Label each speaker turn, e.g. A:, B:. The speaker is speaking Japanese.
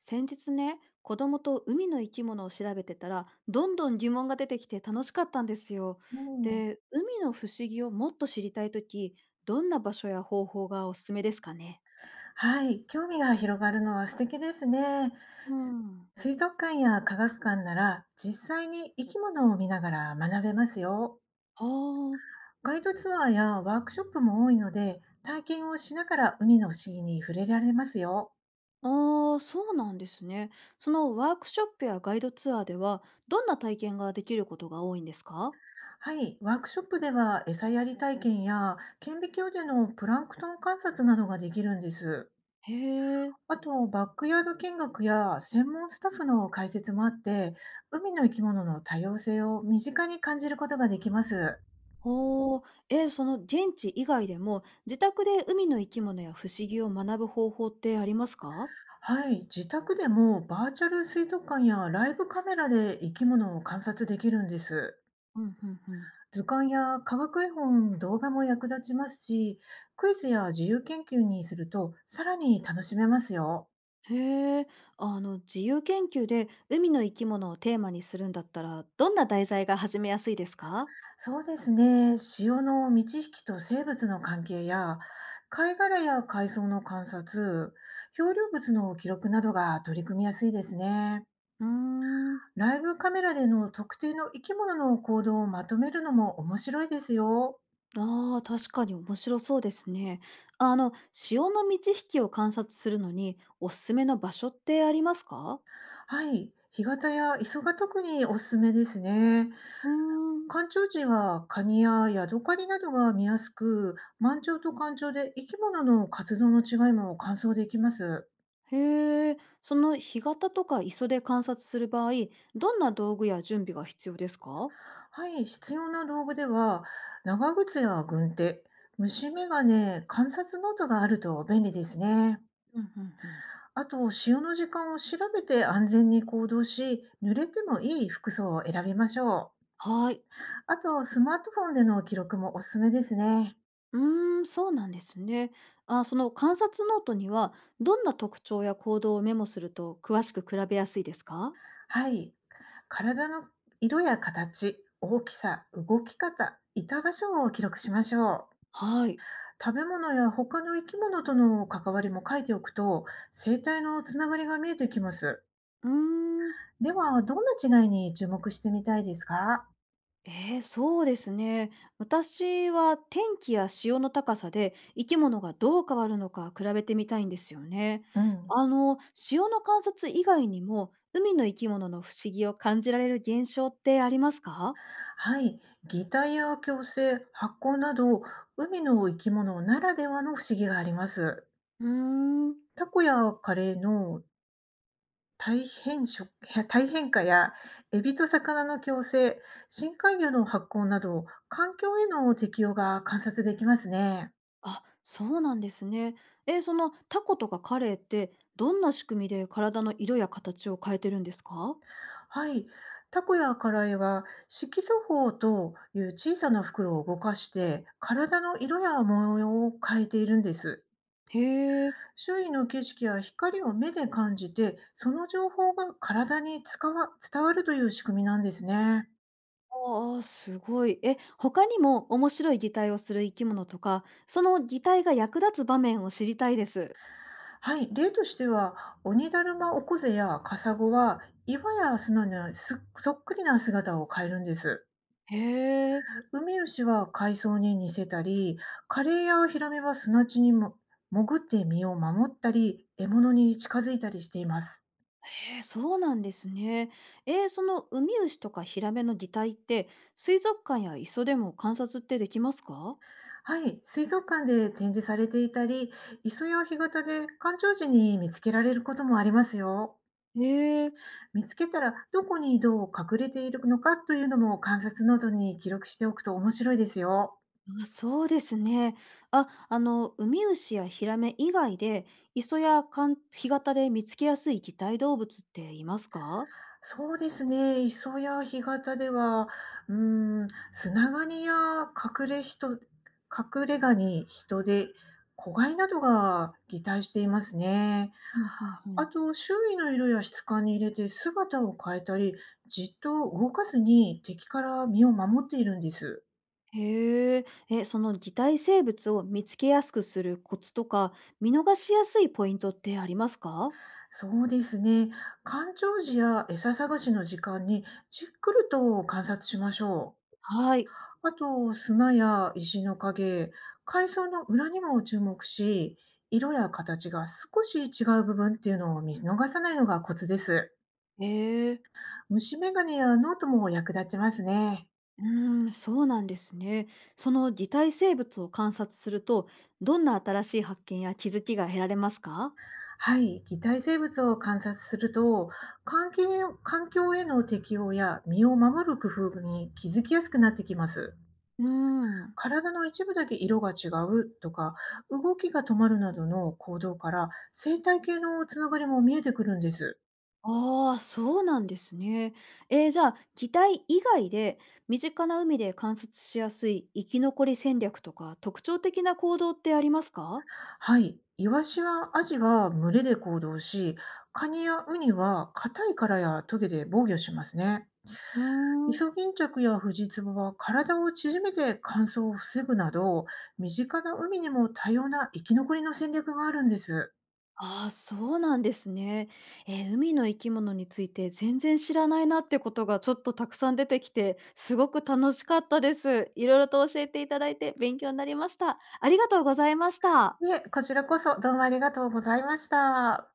A: 先日ね、子供と海の生き物を調べてたら、どんどん疑問が出てきて楽しかったんですよ。
B: うん、
A: で、海の不思議をもっと知りたいとき、どんな場所や方法がおすすめですかね。
B: はい、興味が広がるのは素敵ですね。
A: う
B: す
A: ん。
B: 水族館や科学館なら実際に生き物を見ながら学べますよ。
A: ああ、
B: ガイドツアーやワークショップも多いので、体験をしながら海の不思議に触れられますよ。
A: ああ、そうなんですね。そのワークショップやガイドツアーでは、どんな体験ができることが多いんですか？
B: はい、ワークショップでは餌やり体験や顕微鏡でのプランクトン観察などができるんです。
A: へえ。
B: あと、バックヤード見学や専門スタッフの解説もあって、海の生き物の多様性を身近に感じることができます。
A: ほう。その現地以外でも、自宅で海の生き物や不思議を学ぶ方法ってありますか？
B: はい、自宅でもバーチャル水族館やライブカメラで生き物を観察できるんです。
A: うん、うん、うん。
B: 図鑑や科学絵本、動画も役立ちますし、クイズや自由研究にするとさらに楽しめますよ。
A: へえ、あの自由研究で海の生き物をテーマにするんだったら、どんな題材が始めやすいですか？
B: そうですね。潮の満ち引きと生物の関係や、貝殻や海藻の観察、漂流物の記録などが取り組みやすいですね。
A: うーん、
B: ライブカメラでの特定の生き物の行動をまとめるのも面白いですよ。
A: ああ、確かに面白そうですね。あの、潮の満ち引きを観察するのに、おすすめの場所ってありますか？
B: はい。干潟や磯が特におすすめですね。
A: うーん、
B: 干潮時はカニやヤドカリなどが見やすく、満潮と干潮で生き物の活動の違いも観想できます。
A: へえ、その干潟とか磯で観察する場合、どんな道具や準備が必要ですか？
B: はい、必要な道具では、長靴や軍手、虫眼鏡、観察ノートがあると便利ですね。
A: うんうんうん。
B: あと、潮の時間を調べて安全に行動し、濡れてもいい服装を選びましょう。
A: はい。
B: あと、スマートフォンでの記録もおすすめですね。
A: うーん、そうなんですね。あ、その観察ノートには、どんな特徴や行動をメモすると詳しく比べやすいですか？
B: はい、体の色や形、大きさ、動き方、いた場所を記録しましょう。
A: はい。
B: 食べ物や他の生き物との関わりも書いておくと、生態のつながりが見えてきます。
A: うーん、
B: では、どんな違いに注目してみたいですか？
A: そうですね。私は天気や潮の高さで生き物がどう変わるのか比べてみたいんですよね。
B: うん。
A: あの、潮の観察以外にも、海の生き物の不思議を感じられる現象ってありますか？
B: はい。擬態や共生、発光など、海の生き物ならではの不思議があります。
A: うーん。
B: タコやカレーの大変色 大変化や、エビと魚の共生、深海魚の発光など、環境への適応が観察できますね。
A: あ、そうなんですね。え、そのタコとかカレイってどんな仕組みで体の色や形を変えてるんですか？
B: はい、タコやカラエは色素胞という小さな袋を動かして体の色や模様を変えているんです。
A: へえ、
B: 周囲の景色や光を目で感じて、その情報が体に使わ伝わるという仕組みなんですね。
A: ああ、すごい。え、他にも面白い擬態をする生き物とか、その擬態が役立つ場面を知りたいです。
B: はい、例としては鬼だるまオコゼやカサゴは岩や砂にすそっくりな姿を変えるんです。
A: へえ、
B: ウミウシは海藻に似せたり、カレイやヒラメは砂地にも潜って身を守ったり、獲物に近づいたりしています。
A: へえ、そうなんですね。そのウミウシとかヒラメの擬態って、水族館や磯でも観察ってできますか？
B: はい、水族館で展示されていたり、磯や干潟で干潮時に見つけられることもありますよ。
A: へえ。
B: 見つけたらどこにどう隠れているのかというのも観察ノートに記録しておくと面白いですよ。
A: あ、そうですね。あ、あの、ウミウシやヒラメ以外で、磯やかん干潟で見つけやすい擬態動物っていますか？
B: そうですね、磯や干潟では、砂ガニや隠れ人、隠れガニ、人で、子飼いなどが擬態していますね。
A: うん、うん、う
B: あ
A: ん。
B: と、周囲の色や質感に入れて姿を変えたり、じっと動かずに敵から身を守っているんです。
A: へえ、え、その擬態生物を見つけやすくするコツとか、見逃しやすいポイントってありますか？
B: そうですね、干潮時や餌探しの時間にじっくりと観察しましょう。
A: はい。
B: あと、砂や石の影、海藻の裏にも注目し、色や形が少し違う部分っていうのを見逃さないのがコツです。
A: へえ。
B: 虫眼鏡やノートも役立ちますね。
A: うーん、そうなんですね。その擬態生物を観察すると、どんな新しい発見や気づきが得られますか？
B: はい、擬態生物を観察すると、環境への適応や身を守る工夫に気づきやすくなってきます。
A: うーん。
B: 体の一部だけ色が違うとか、動きが止まるなどの行動から生態系のつながりも見えてくるんです。
A: ああ、そうなんですね。じゃあ、機体以外で、身近な海で観察しやすい生き残り戦略とか、特徴的な行動ってありますか？
B: はい。イワシはアジは群れで行動し、カニやウニは硬い殻やトゲで防御しますね。
A: うー
B: イ
A: ん。
B: ソギンチャクやフジツボは体を縮めて乾燥を防ぐなど、身近な海にも多様な生き残りの戦略があるんです。
A: ああ、そうなんですね。海の生き物について全然知らないなってことがちょっとたくさん出てきて、すごく楽しかったです。いろいろと教えていただいて勉強になりました。ありがとうございました。
B: で、こちらこそどうもありがとうございました。